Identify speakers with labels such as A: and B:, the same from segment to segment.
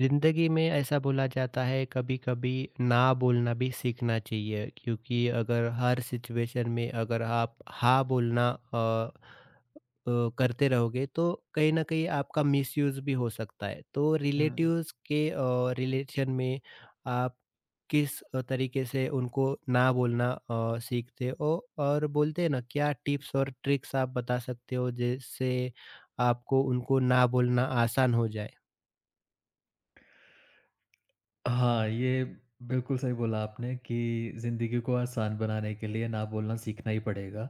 A: जिंदगी में ऐसा बोला जाता है। कभी-कभी ना बोलना भी सीखना चाहिए, क्योंकि अगर हर सिचुएशन में अगर आप हाँ बोलना करते रहोगे तो कहीं ना कहीं आपका मिसयूज भी हो सकता है। तो
B: हुँ।
A: रिलेटिव्स के रिलेशन में आप किस तरीके से उनको ना बोलना सीखते हो? और बोलते हैं ना, क्या टिप्स और ट्रिक्स आप बता सकते हो जिससे आपको उनको ना बोलना आसान हो जाए?
B: हाँ, ये बिल्कुल सही बोला आपने कि ज़िंदगी को आसान बनाने के लिए ना बोलना सीखना ही पड़ेगा।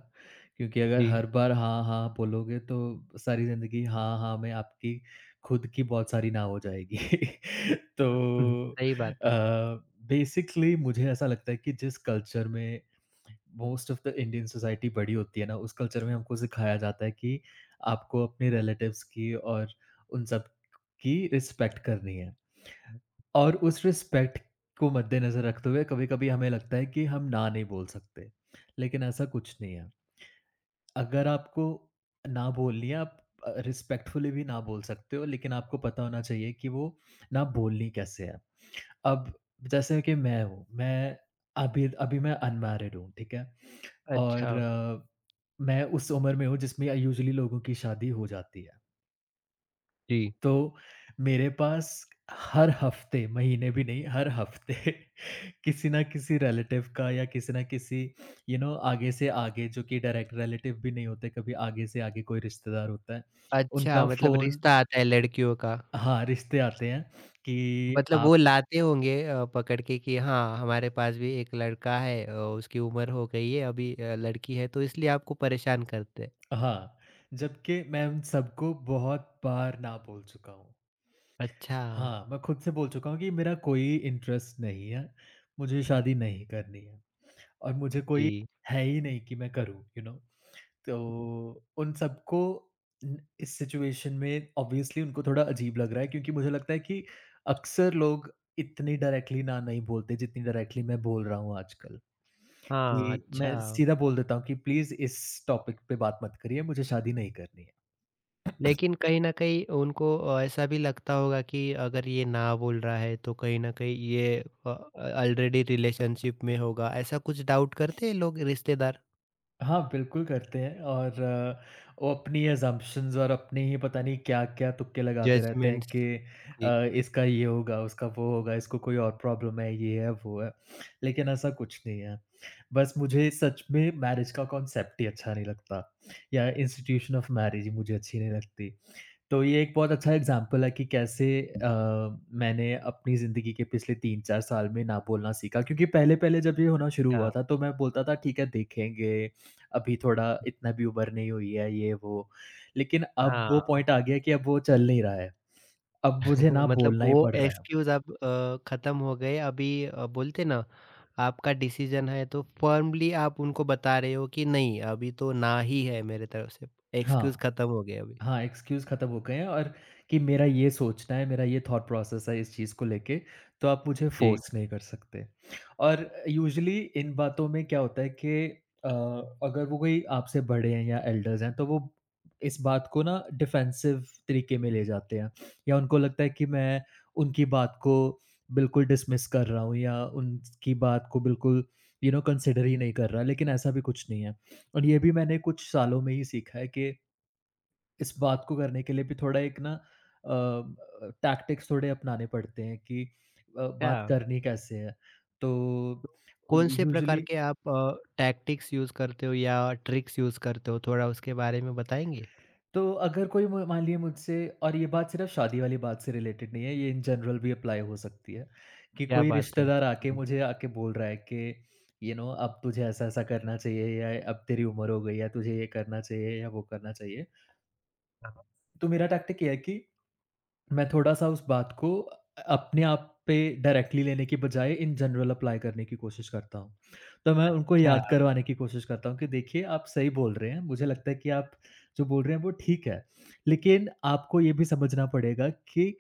B: क्योंकि अगर
A: जी।
B: हर बार हाँ, हाँ बोलोगे तो सारी ज़िंदगी हाँ, हाँ में आपकी खुद की बहुत सारी ना हो जाएगी।
A: हुँ।
B: तो
A: सही बात है।
B: बेसिकली मुझे ऐसा लगता है कि जिस कल्चर में most of the Indian society बड़ी होती है ना, उस कल्चर में हमको सिखाया जाता है कि आपको अपने रिलेटिव्स की और उन सब की रिस्पेक्ट करनी है। और उस रिस्पेक्ट को मद्देनज़र रखते हुए कभी-कभी हमें लगता है कि हम ना नहीं बोल सकते, लेकिन ऐसा कुछ नहीं है। अगर आपको ना बोलनी है आप रिस्पेक्टफुली भी ना बोल सकते हो, लेकिन आपको पता होना चाहिए कि वो ना बोलनी कैसे है। अब जैसे कि मैं हूँ, मैं अभी अभी मैं अनमैरिड हूँ, ठीक है?
A: अच्छा।
B: और मैं उस उम्र में हूँ जिसमें यूजुअली लोगों की शादी हो जाती है।
A: जी।
B: तो मेरे पास हर हफ़्ते, महीने भी नहीं, हर हफ़्ते किसी ना किसी रिलेटिव का या किसी ना किसी आगे से आगे, जो कि डायरेक्ट रिलेटिव भी नहीं होते, कभी आगे से आगे कोई रिश्तेदार होता है
A: अच्छा,
B: उनका
A: मतलब
B: फ़ोन।
A: रिश्ता आता है लड़कियों का।
B: हाँ, रिश्ते आते हैं कि
A: मतलब वो
B: आप।
A: लाते होंगे पकड़ के कि हाँ, हमारे पास भी एक लड़का है, उसकी उम्र हो गई है, अभी लड़की है तो इसलिए आपको परेशान करते हैं।
B: हाँ, जबकि मैं उन सबको बहुत बार ना बोल चुका हूँ।
A: अच्छा।
B: हाँ, मैं खुद से बोल चुका हूँ कि मेरा कोई इंटरेस्ट नहीं है, मुझे शादी नहीं करनी है, और मुझे कोई
A: जी।
B: है ही नहीं कि मैं करूँ। तो उन सबको न इस सिचुएशन में ऑब्वियसली उनको थोड़ा अजीब लग रहा है, क्योंकि मुझे लगता है कि अक्सर लोग इतनी डायरेक्टली ना नहीं बोलते जितनी डायरेक्टली मैं बोल रहा हूँ आजकल,
A: हाँ,
B: कि मैं
A: अच्छा।
B: सीधा बोल देता हूँ कि प्लीज़ इस टॉपिक पे बात मत करिए, मुझे शादी नहीं करनी है।
A: लेकिन कहीं न कहीं उनको ऐसा भी लगता होगा कि अगर ये ना बोल रहा है, तो कहीं न कहीं ये अ, ऑलरेडी रिलेशनशिप में होगा। ऐसा कुछ डाउट करते हैं लोग, रिश्तेदार?
B: हाँ, बिल्कुल करते हैं, और वो अपनी असम्पशन्स और अपनी ही पता नहीं क्या-क्या तुक्के लगाते रहते हैं
A: जजमेंट्स?
B: कि
A: जी।
B: इसका ये होगा, उसका वो होगा, इसको कोई और प्रॉब्लम है, ये है, वो है। लेकिन ऐसा कुछ नहीं है। बस मुझे सच में मैरिज का कॉन्सेप्ट ही अच्छा नहीं लगता, या इंस्टीट्यूशन ऑफ मैरिज ही मुझे अच्छी नहीं लगती। तो ये एक बहुत अच्छा एग्ज़ाम्पल है कि कैसे मैंने अपनी ज़िंदगी के पिछले 3-4 साल में ना बोलना सीखा, क्योंकि पहले-पहले जब ये होना शुरू हुआ था तो मैं बोलता था ठीक है देखेंगे, अभी थोड़ा इतना भी उम्र नहीं हुई है, ये वो। लेकिन अब
A: हाँ।
B: वो पॉइंट आ गया कि अब वो चल नहीं रहा है, अब मुझे ना
A: मतलब
B: बोलना ही
A: वो
B: पड़ रहा है।
A: एक्सक्यूज़ अब खत्म हो गए। अभी बोलते ना, आपका डिसीजन है तो फ़र्मली आप उनको बता रहे हो कि नहीं, अभी तो ना ही है मेरे तरफ से। एक्सक्यूज़
B: हाँ।
A: खत्म हो गए अभी।
B: हाँ, एक्सक्यूज़ खत्म हो गए हैं, और कि मेरा ये सोचना है, मेरा ये थॉट प्रोसेस है इस चीज़ को लेके, तो आप मुझे
A: जी।
B: फ़ोर्स नहीं कर सकते। और यूजुअली इन बातों में क्या होता है कि अ, अगर वो कोई आपसे बड़े हैं या एल्डर्स हैं, तो वो इस बात को ना डिफेंसिव तरीके में ले जाते हैं, या उनको लगता है कि मैं उनकी बात को बिल्कुल डिसमिस कर रहा हूँ, या उनकी बात को बिल्कुल कंसीडर ही नहीं कर रहा, लेकिन ऐसा भी कुछ नहीं है। और ये भी मैंने कुछ सालों में ही सीखा है कि इस बात को करने के लिए भी थोड़ा एक ना टैक्टिक्स थोड़े अपनाने पड़ते हैं कि
A: क्या
B: बात करनी कैसे है। तो
A: कौन-से प्रकार
B: यूजुअली
A: के आप टैक्टिक्स यूज़ करते हो या ट्रिक्स यूज़ करते हो? थोड़ा उसके बारे में बताएँगे?
B: तो अगर कोई म मान लीजिए मुझसे, और ये बात सिर्फ़ शादी वाली बात से रिलेटेड नहीं है, ये इन जनरल भी अप्लाई हो सकती है कि
A: क्या
B: कोई
A: बात है।
B: रिश्तेदार
A: हुँ,
B: आके
A: हुँ।
B: मुझे आके बोल रहा है कि अब तुझे ऐसा-ऐसा करना चाहिए, या अब तेरी उम्र हो गई है, तुझे ये करना चाहिए या वो करना चाहिए। तो मेरा टैक्टिक ये है कि मैं थोड़ा-सा उस बात को अपने आप पे डायरेक्टली लेने की बजाय इन जनरल अप्लाई करने की कोशिश करता हूँ। तो मैं उनको
A: अच्छा।
B: याद करवाने की कोशिश करता हूँ कि देखिए आप सही बोल रहे हैं, मुझे लगता है कि आप जो बोल रहे हैं वो ठीक है। लेकिन आपको ये भी समझना पड़ेगा कि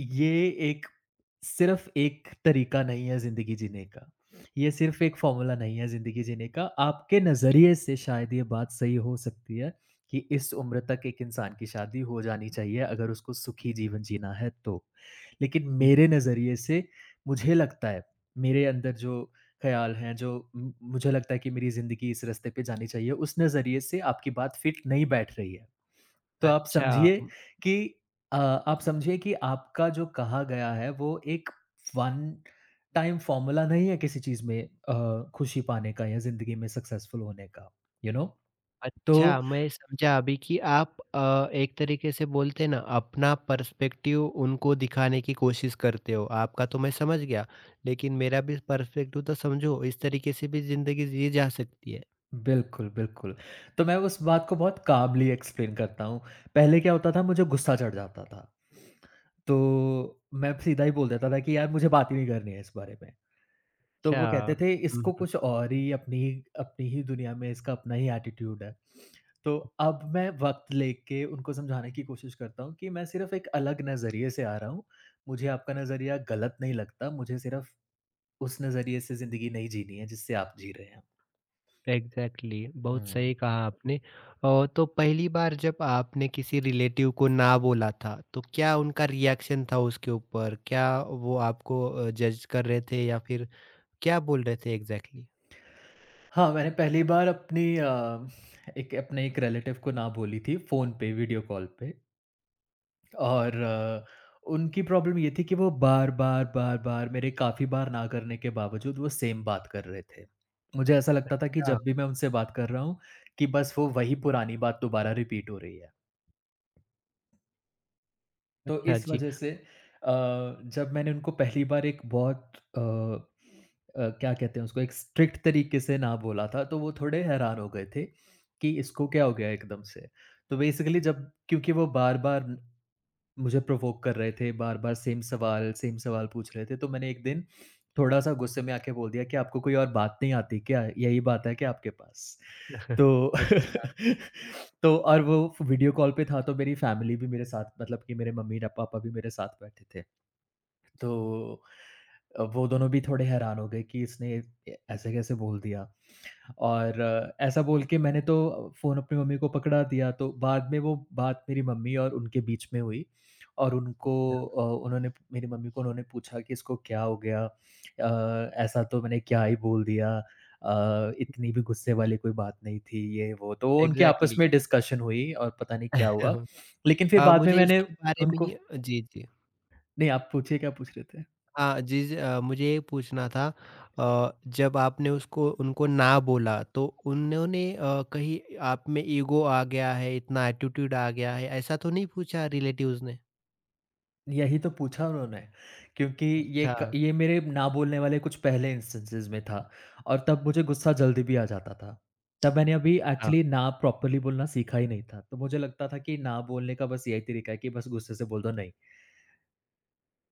B: ये एक सिर्फ़ एक तरीका नहीं है ज़िंदगी जीने का। ये सिर्फ़ एक फ़ॉर्मूला नहीं है ज़िंदगी जीने का। आपके नज़रिए से शायद ये बात सही हो सकती है कि इस उम्र तक एक इंसान की शादी हो जानी चाहिए, अगर उसको सुखी जीवन जीना है तो। लेकिन मेरे नज़रिए से मुझे लगता है, मेरे अंदर जो ख़्याल हैं, जो म मुझे लगता है कि मेरी ज़िंदगी इस रास्ते पे जानी चाहिए, उस नज़रिए से आपकी बात फिट नहीं बैठ रही है। तो
A: अच्छा।
B: कि आप समझिए कि आपका जो कहा गया है वो एक वन टाइम फॉर्मूला नहीं है किसी चीज़ में खुशी पाने का, या ज़िंदगी में सक्सेसफुल होने का, यू नो? तो
A: अच्छा, मैं समझा अभी कि आप एक तरीके से बोलते हैं ना, अपना पर्सपेक्टिव उनको दिखाने की कोशिश करते हो। आपका तो मैं समझ गया, लेकिन मेरा भी पर्सपेक्टिव तो समझो, इस तरीके से भी ज़िंदगी जी जा सकती है।
B: बिल्कुल, बिल्कुल। तो मैं उस बात को बहुत काबली एक्सप्लेन करता हूँ। पहले क्या होता था, मुझे गुस्सा चढ़ जाता था, तो मैं सीधा ही बोल देता था कि यार मुझे बात ही नहीं करनी है इस बारे में। तो वो
A: अच्छा।
B: कहते थे
A: हुँ,
B: इसको
A: हुँ।
B: कुछ और ही अपनी अपनी ही दुनिया में इसका अपना ही एटीट्यूड है। तो अब मैं वक़्त लेके उनको समझाने की कोशिश करता हूँ कि मैं सिर्फ़ एक अलग नज़रिए से आ रहा हूँ। मुझे आपका नज़रिया गलत नहीं लगता, मुझे सिर्फ़ उस नज़रिए से ज़िंदगी नहीं जीनी है जिससे आप जी रहे हैं।
A: एग्ज़ैक्टली, बहुत
B: हुँ।
A: सही कहा आपने। तो पहली बार जब आपने किसी रिलेटिव को ना बोला था, तो क्या उनका रिएक्शन था उसके ऊपर? क्या वो आपको जज कर रहे थे या फिर क्या बोल रहे थे एग्ज़ैक्टली?
B: हाँ, मैंने पहली बार अपनी अ, एक अपने एक रिलेटिव को ना बोली थी फ़ोन पे, वीडियो कॉल पे। और उनकी प्रॉब्लम ये थी कि वो बार-बार, बार-बार, मेरे काफ़ी बार ना करने के बावजूद, वो सेम बात कर रहे थे। मुझे ऐसा लगता था कि
A: अच्छा।
B: जब भी मैं उनसे बात कर रहा हूँ कि बस वो वही पुरानी बात दोबारा रिपीट हो रही है। तो
A: अच्छा
B: इस
A: जी।
B: वजह से जब मैंने उनको पहली बार एक बहुत क्या कहते हैं उसको, एक स्ट्रिक्ट तरीके से ना बोला था, तो वो थोड़े हैरान हो गए थे कि इसको क्या हो गया एकदम से। तो बेसिकली जब क्योंकि वो बार-बार मुझे प्रोवोक कर रहे थे, बार-बार सेम सवाल पूछ रहे थे, तो मैंने एक दिन थोड़ा-सा गुस्से में आके बोल दिया कि आपको कोई और बात नहीं आती क्या? यही बात है क्या आपके पास? तो
A: अच्छा।
B: और वो वीडियो कॉल पे था, तो मेरी फैमिली भी मेरे साथ, मतलब कि मेरे मम्मी-पापा भी मेरे साथ बैठे थे। तो वो दोनों भी थोड़े हैरान हो गए कि इसने ए ऐसे कैसे बोल दिया? और ऐसा बोल के मैंने तो फ़ोन अपनी मम्मी को पकड़ा दिया, तो बाद में वो बात मेरी मम्मी और उनके बीच में हुई, और उन्होंने मेरी मम्मी को, उन्होंने पूछा कि इसको क्या हो गया? ऐसा तो मैंने क्या ही बोल दिया। इतनी भी गुस्से वाली कोई बात नहीं थी, ये वो। तो उनके आपस
A: एग्ज़ैक्टली।
B: में डिस्कशन हुई और पता नहीं
A: अ,
B: क्या हुआ। लेकिन फिर बाद में
A: मुझे
B: मैंने
A: इसके बारे में
B: उनको,
A: ही, जी, जी।
B: नहीं, आप पूछिए क्या पूछ रहे थे?
A: हाँ जी, जी। मुझे ये पूछना था, जब आपने उसको उनको ना बोला तो उन्होंने कहीं आप में ईगो आ गया है, इतना एटीट्यूड आ गया है, ऐसा तो नहीं पूछा रिलेटिव्स ने?
B: यही तो पूछा उन्होंने, क्योंकि ये
A: अच्छा।
B: क ये मेरे ना बोलने वाले कुछ पहले इंस्टेंसेस में था, और तब मुझे गुस्सा जल्दी भी आ जाता था। तब मैंने अभी
A: अच्छा।
B: एक्चुअली ना प्रॉपर्ली बोलना सीखा ही नहीं था। तो मुझे लगता था कि ना बोलने का बस यही तरीका है कि बस गुस्से से बोल दो नहीं,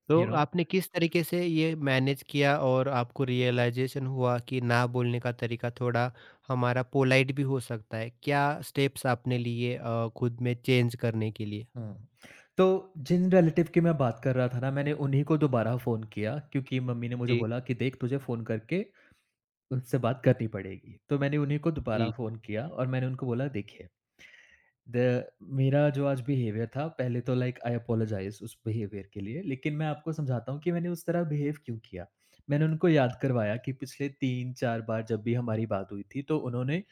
A: तो
B: यू नो?
A: आपने किस तरीके से ये मैनेज किया और आपको रियलाइज़ेशन हुआ कि ना बोलने का तरीका थोड़ा हमारा पोलाइट भी हो सकता है? क्या स्टेप्स आपने लिए खुद में चेंज करने के लिए?
B: हुँ। तो जिन रिलेटिव की मैं बात कर रहा था ना, मैंने उन्हीं को दोबारा फ़ोन किया, क्योंकि मम्मी ने मुझे
A: जी,
B: बोला कि देख तुझे फ़ोन करके उनसे बात करनी पड़ेगी। तो मैंने उन्हीं को दोबारा
A: जी,
B: फ़ोन किया और मैंने उनको बोला देखिए, द मेरा जो आज बिहेवियर था, पहले तो लाइक आई अपोलोजाइज़ उस बिहेवियर के लिए, लेकिन मैं आपको समझाता हूँ कि मैंने उस तरह बिहेव क्यों किया। मैंने उनको याद करवाया कि पिछले 3-4 बार जब भी हमारी बात हुई थी, तो उन्होंने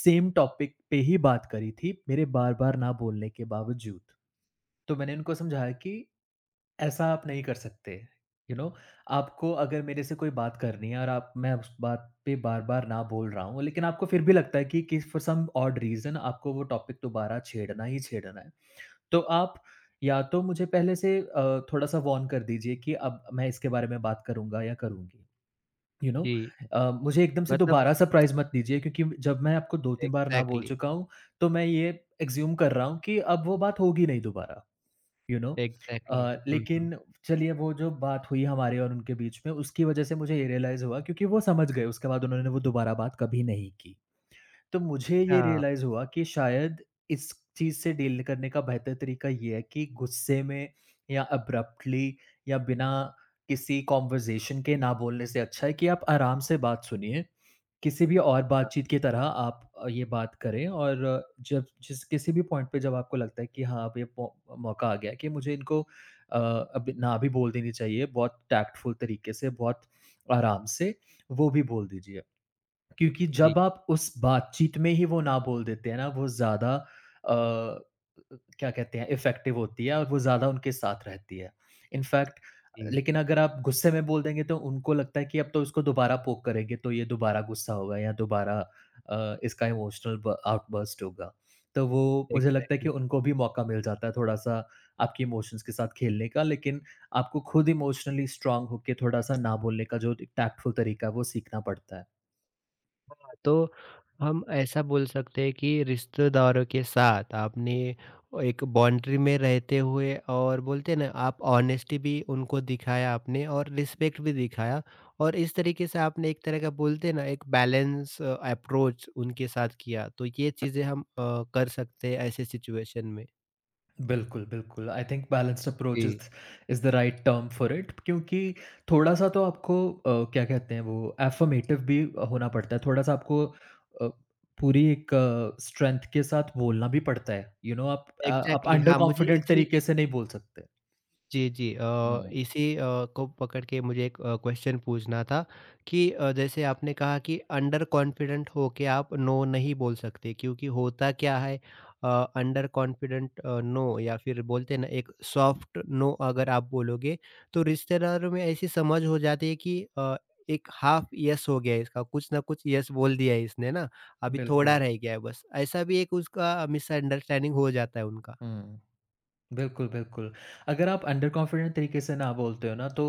B: सेम टॉपिक पे ही बात करी थी, मेरे बार-बार ना बोलने के बावजूद। तो मैंने उनको समझाया कि ऐसा आप नहीं कर सकते, यू you नो know, आपको अगर मेरे से कोई बात करनी है, और आप मैं उस बात पे बार-बार ना बोल रहा हूँ, लेकिन आपको फिर भी लगता है कि फॉर सम ऑड रीज़न आपको वो टॉपिक दोबारा छेड़ना ही छेड़ना है। तो आप या तो मुझे पहले से थोड़ा-सा वॉर्न कर दीजिए कि अब मैं इसके बारे में बात करूँगा या करूँगी, यू नो
A: जी।
B: मुझे एकदम से
A: मतलब
B: दोबारा सरप्राइज़ मत दीजिए, क्योंकि जब मैं आपको 2-3 बार ना बोल
A: एग्ज़ैक्टली,
B: चुका हूँ, तो मैं ये अज़्यूम कर रहा हूँ कि अब वो बात होगी नहीं दोबारा। You know
A: exactly. हुँ, हुँ।
B: लेकिन चलिए, वो जो बात हुई हमारे और उनके बीच में, उसकी वजह से मुझे ये रियलाइज़ हुआ, क्योंकि वो समझ गए, उसके बाद उन्होंने वो दोबारा बात कभी नहीं की। तो मुझे ये
A: हाँ,
B: रियलाइज़ हुआ कि शायद इस चीज़ से डील करने का बेहतर तरीका ये है कि गुस्से में, या अब्रप्टली, या बिना किसी कन्वर्सेशन के ना बोलने से अच्छा है कि आप आराम से बात सुनिए। किसी भी और
A: हाँ।
B: बातचीत की तरह आप ये बात करें और जब जिस किसी भी पॉइंट पे जब आपको लगता है कि हाँ, अब ये पो मौका आ गया है कि मुझे इनको अब ना भी बोल देनी चाहिए, बहुत टैक्टफुल तरीके से, बहुत आराम से, वो भी बोल दीजिए। क्योंकि
A: जी,
B: जब आप उस बातचीत में ही वो ना बोल देते हैं ना, वो ज़्यादा अ, क्या कहते हैं, इफ़ेक्टिव होती है और वो ज़्यादा उनके साथ रहती है। इनफैक्ट,
A: जी।
B: लेकिन अगर आप गुस्से में बोल देंगे तो उनको लगता है कि अब तो इसको दोबारा पोक करेंगे, तो ये दोबारा गुस्सा होगा या दोबारा इसका इमोशनल ब आउटबर्स्ट होगा। तो वो मुझे लगता है कि
A: एग्ज़ैक्टली।
B: उनको भी मौका मिल जाता है थोड़ा-सा आपके इमोशंस के साथ खेलने का, लेकिन आपको खुद इमोशनली स्ट्रॉन्ग होके थोड़ा-सा ना बोलने का जो टैक्टफुल तरीका है वो सीखना पड़ता है।
A: तो हम ऐसा बोल सकते हैं कि रिश्तेदारों के साथ आपने एक बाउंड्री में रहते हुए और बोलते हैं ना, आप ऑनेस्टी भी उनको दिखाया आपने और रिस्पेक्ट भी दिखाया, और इस तरीके से आपने एक तरह का बोलते हैं ना, एक बैलेंस अप्रोच उनके साथ किया। तो ये चीज़ें हम कर सकते हैं ऐसे सिचुएशन में।
B: बिल्कुल, बिल्कुल। I think balanced approach is
A: जी।
B: Is the right term for it, क्योंकि थोड़ा-सा तो आपको क्या कहते हैं, वो अफ़र्मेटिव भी होना पड़ता है। थोड़ा-सा आपको पूरी एक स्ट्रेंथ के साथ बोलना भी पड़ता है। यू you नो know, आप
A: एग्ज़ैक्टली।
B: अंडर
A: हाँ, मुझे
B: कॉन्फिडेंट
A: इसी,
B: तरीके से नहीं बोल सकते।
A: जी, जी।
B: हुँ।
A: इसी को पकड़ के मुझे एक क्वेश्चन पूछना था कि जैसे आपने कहा कि अंडर कॉन्फिडेंट होके आप नो नहीं बोल सकते, क्योंकि होता क्या है अ, अंडर कॉन्फिडेंट नो या फिर बोलते हैं ना, एक सॉफ्ट नो अगर आप बोलोगे, तो रिश्तेदारों में ऐसी समझ हो जाती है कि एक हाफ येस हो गया है इसका, कुछ ना कुछ येस बोल दिया है इसने ना, अभी
B: बिल्कुल।
A: थोड़ा रह गया है बस। ऐसा भी एक उसका मिसअंडरस्टैंडिंग हो जाता है उनका।
B: हुँ। बिल्कुल, बिल्कुल। अगर आप अंडर कॉन्फिडेंट तरीके से ना बोलते हो ना, तो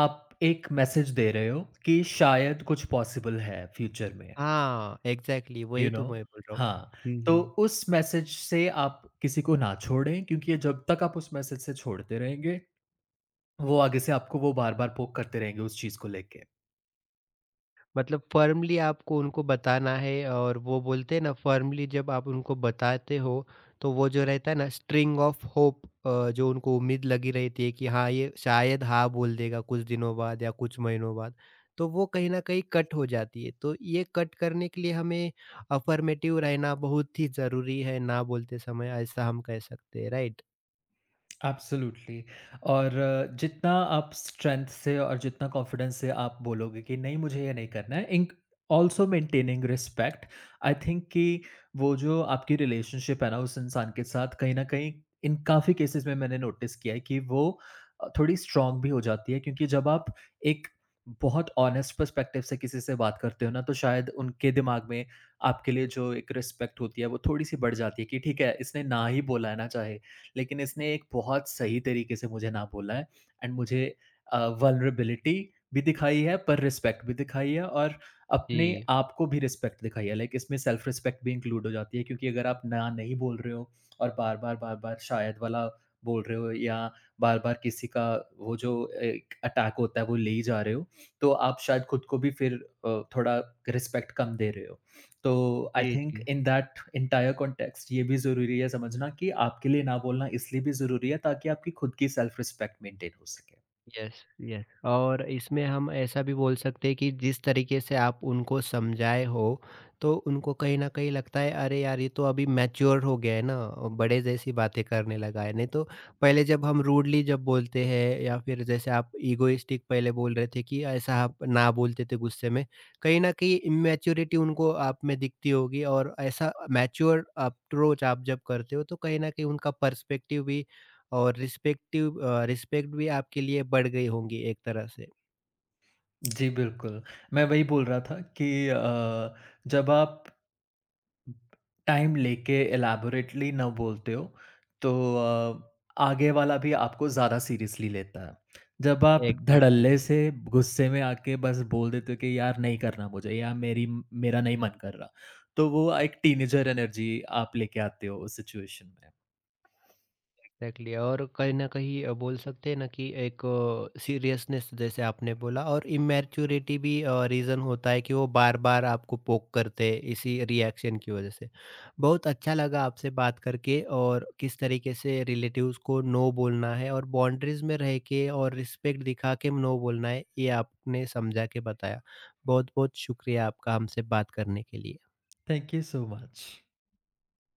B: आप एक मैसेज दे रहे हो कि शायद कुछ पॉसिबल है फ्यूचर में।
A: हाँ, एग्ज़ैक्टली,
B: यू
A: वही
B: नो।
A: तो मैं बोल रहा हूँ।
B: हाँ,
A: हुँ,
B: तो
A: हुँ।
B: उस मैसेज से आप किसी को ना छोड़ें, क्योंकि जब तक आप उस मैसेज से छोड़ते रहेंगे, वो आगे से आपको वो बार-बार पोक करते रहेंगे उस चीज़ को लेके।
A: मतलब फ़र्मली आपको उनको बताना है, और वो बोलते हैं ना, फ़र्मली जब आप उनको बताते हो, तो वो जो रहता है ना स्ट्रिंग ऑफ होप, जो उनको उम्मीद लगी रहती है कि हाँ, ये शायद हाँ बोल देगा कुछ दिनों बाद या कुछ महीनों बाद, तो वो कहीं न कहीं कट हो जाती है। तो ये कट करने के लिए हमें अफ़र्मेटिव रहना बहुत ही ज़रूरी है ना बोलते समय, ऐसा हम कह सकते हैं, राइट?
B: एब्सोल्युटली। और जितना आप स्ट्रेंथ से और जितना कॉन्फिडेंस से आप बोलोगे कि नहीं मुझे ये नहीं करना है, इंक also maintaining respect, I think कि वो जो आपकी रिलेशनशिप है ना उस इंसान के साथ कहीं ना कहीं, इन काफ़ी केसेस में मैंने नोटिस किया है कि वो थोड़ी स्ट्रांग भी हो जाती है, क्योंकि जब आप एक बहुत ऑनेस्ट पर्सपेक्टिव से किसी से बात करते हो ना, तो शायद उनके दिमाग में आपके लिए जो एक रिस्पेक्ट होती है वो थोड़ी सी बढ़ जाती है कि ठीक है, इसने ना ही बोला है ना चाहे, लेकिन इसने एक बहुत सही तरीके से मुझे ना बोला है एंड मुझे वल्नरेबिलिटी भी दिखाई है, पर रिस्पेक्ट भी दिखाई है और अपने
A: जी।
B: आप को भी रिस्पेक्ट दिखाई है। लाइक इसमें सेल्फ रिस्पेक्ट भी इंक्लूड हो जाती है, क्योंकि अगर आप ना नहीं बोल रहे हो और बार बार बार बार शायद वाला बोल रहे हो, या बार बार किसी का वो जो अटैक होता है वो ले ही जा रहे हो, तो आप शायद खुद को भी फिर थोड़ा रिस्पेक्ट कम दे रहे हो। तो आई
A: जी,
B: थिंक
A: जी।
B: इन दैट एंटायर कॉन्टेक्स्ट ये भी ज़रूरी है समझना कि आपके लिए ना बोलना इसलिए भी ज़रूरी है ताकि आपकी खुद की सेल्फ रिस्पेक्ट मेंटेन हो सके।
A: Yes, yes. और इसमें हम ऐसा भी बोल सकते हैं कि जिस तरीके से आप उनको समझाए हो, तो उनको कहीं न कहीं लगता है अरे यार, ये तो अभी मैच्योर हो गया है ना, और बड़े जैसी बातें करने लगा है। नहीं तो पहले जब हम रूडली जब बोलते हैं या फिर जैसे आप इगोइस्टिक पहले बोल रहे थे कि ऐसा आप ना बोलते थे गुस्से में, कहीं न कहीं इमैच्योरिटी उनको आप में दिखती होगी, और ऐसा मैच्योर अप्रोच आप जब करते हो, तो कहीं न कहीं उनका पर्सपेक्टिव भी और रिस्पेक्टिव रिस्पेक्ट भी आपके लिए बढ़ गई होंगी एक तरह से।
B: जी, बिल्कुल। मैं वही बोल रहा था कि जब आप टाइम लेके एलैबोरेटली ना बोलते हो, तो अ, आगे वाला भी आपको ज़्यादा सीरियसली लेता है। जब आप
A: एग्ज़ैक्टली,
B: धड़ल्ले से गुस्से में आके बस बोल देते हो कि यार नहीं करना मुझे या मेरी मेरा नहीं मन कर रहा, तो वो एक टीनेजर एनर्जी आप लेके आते हो उस सिचुएशन में।
A: एग्ज़ैक्टली। और कहीं न कहीं बोल सकते हैं ना कि एक सीरियसनेस जैसे आपने बोला और इमैच्योरिटी भी रीज़न होता है कि वो बार-बार आपको पोक करते हैं इसी रिएक्शन की वज़ह से। बहुत अच्छा लगा आपसे बात करके, और किस तरीके से रिलेटिव्स को नो बोलना है और बाउंड्रीज़ में रह के और रिस्पेक्ट दिखा के नो बोलना है, ये आपने समझा के बताया। बहुत-बहुत शुक्रिया आपका हमसे बात करने के लिए।
B: Thank you so much.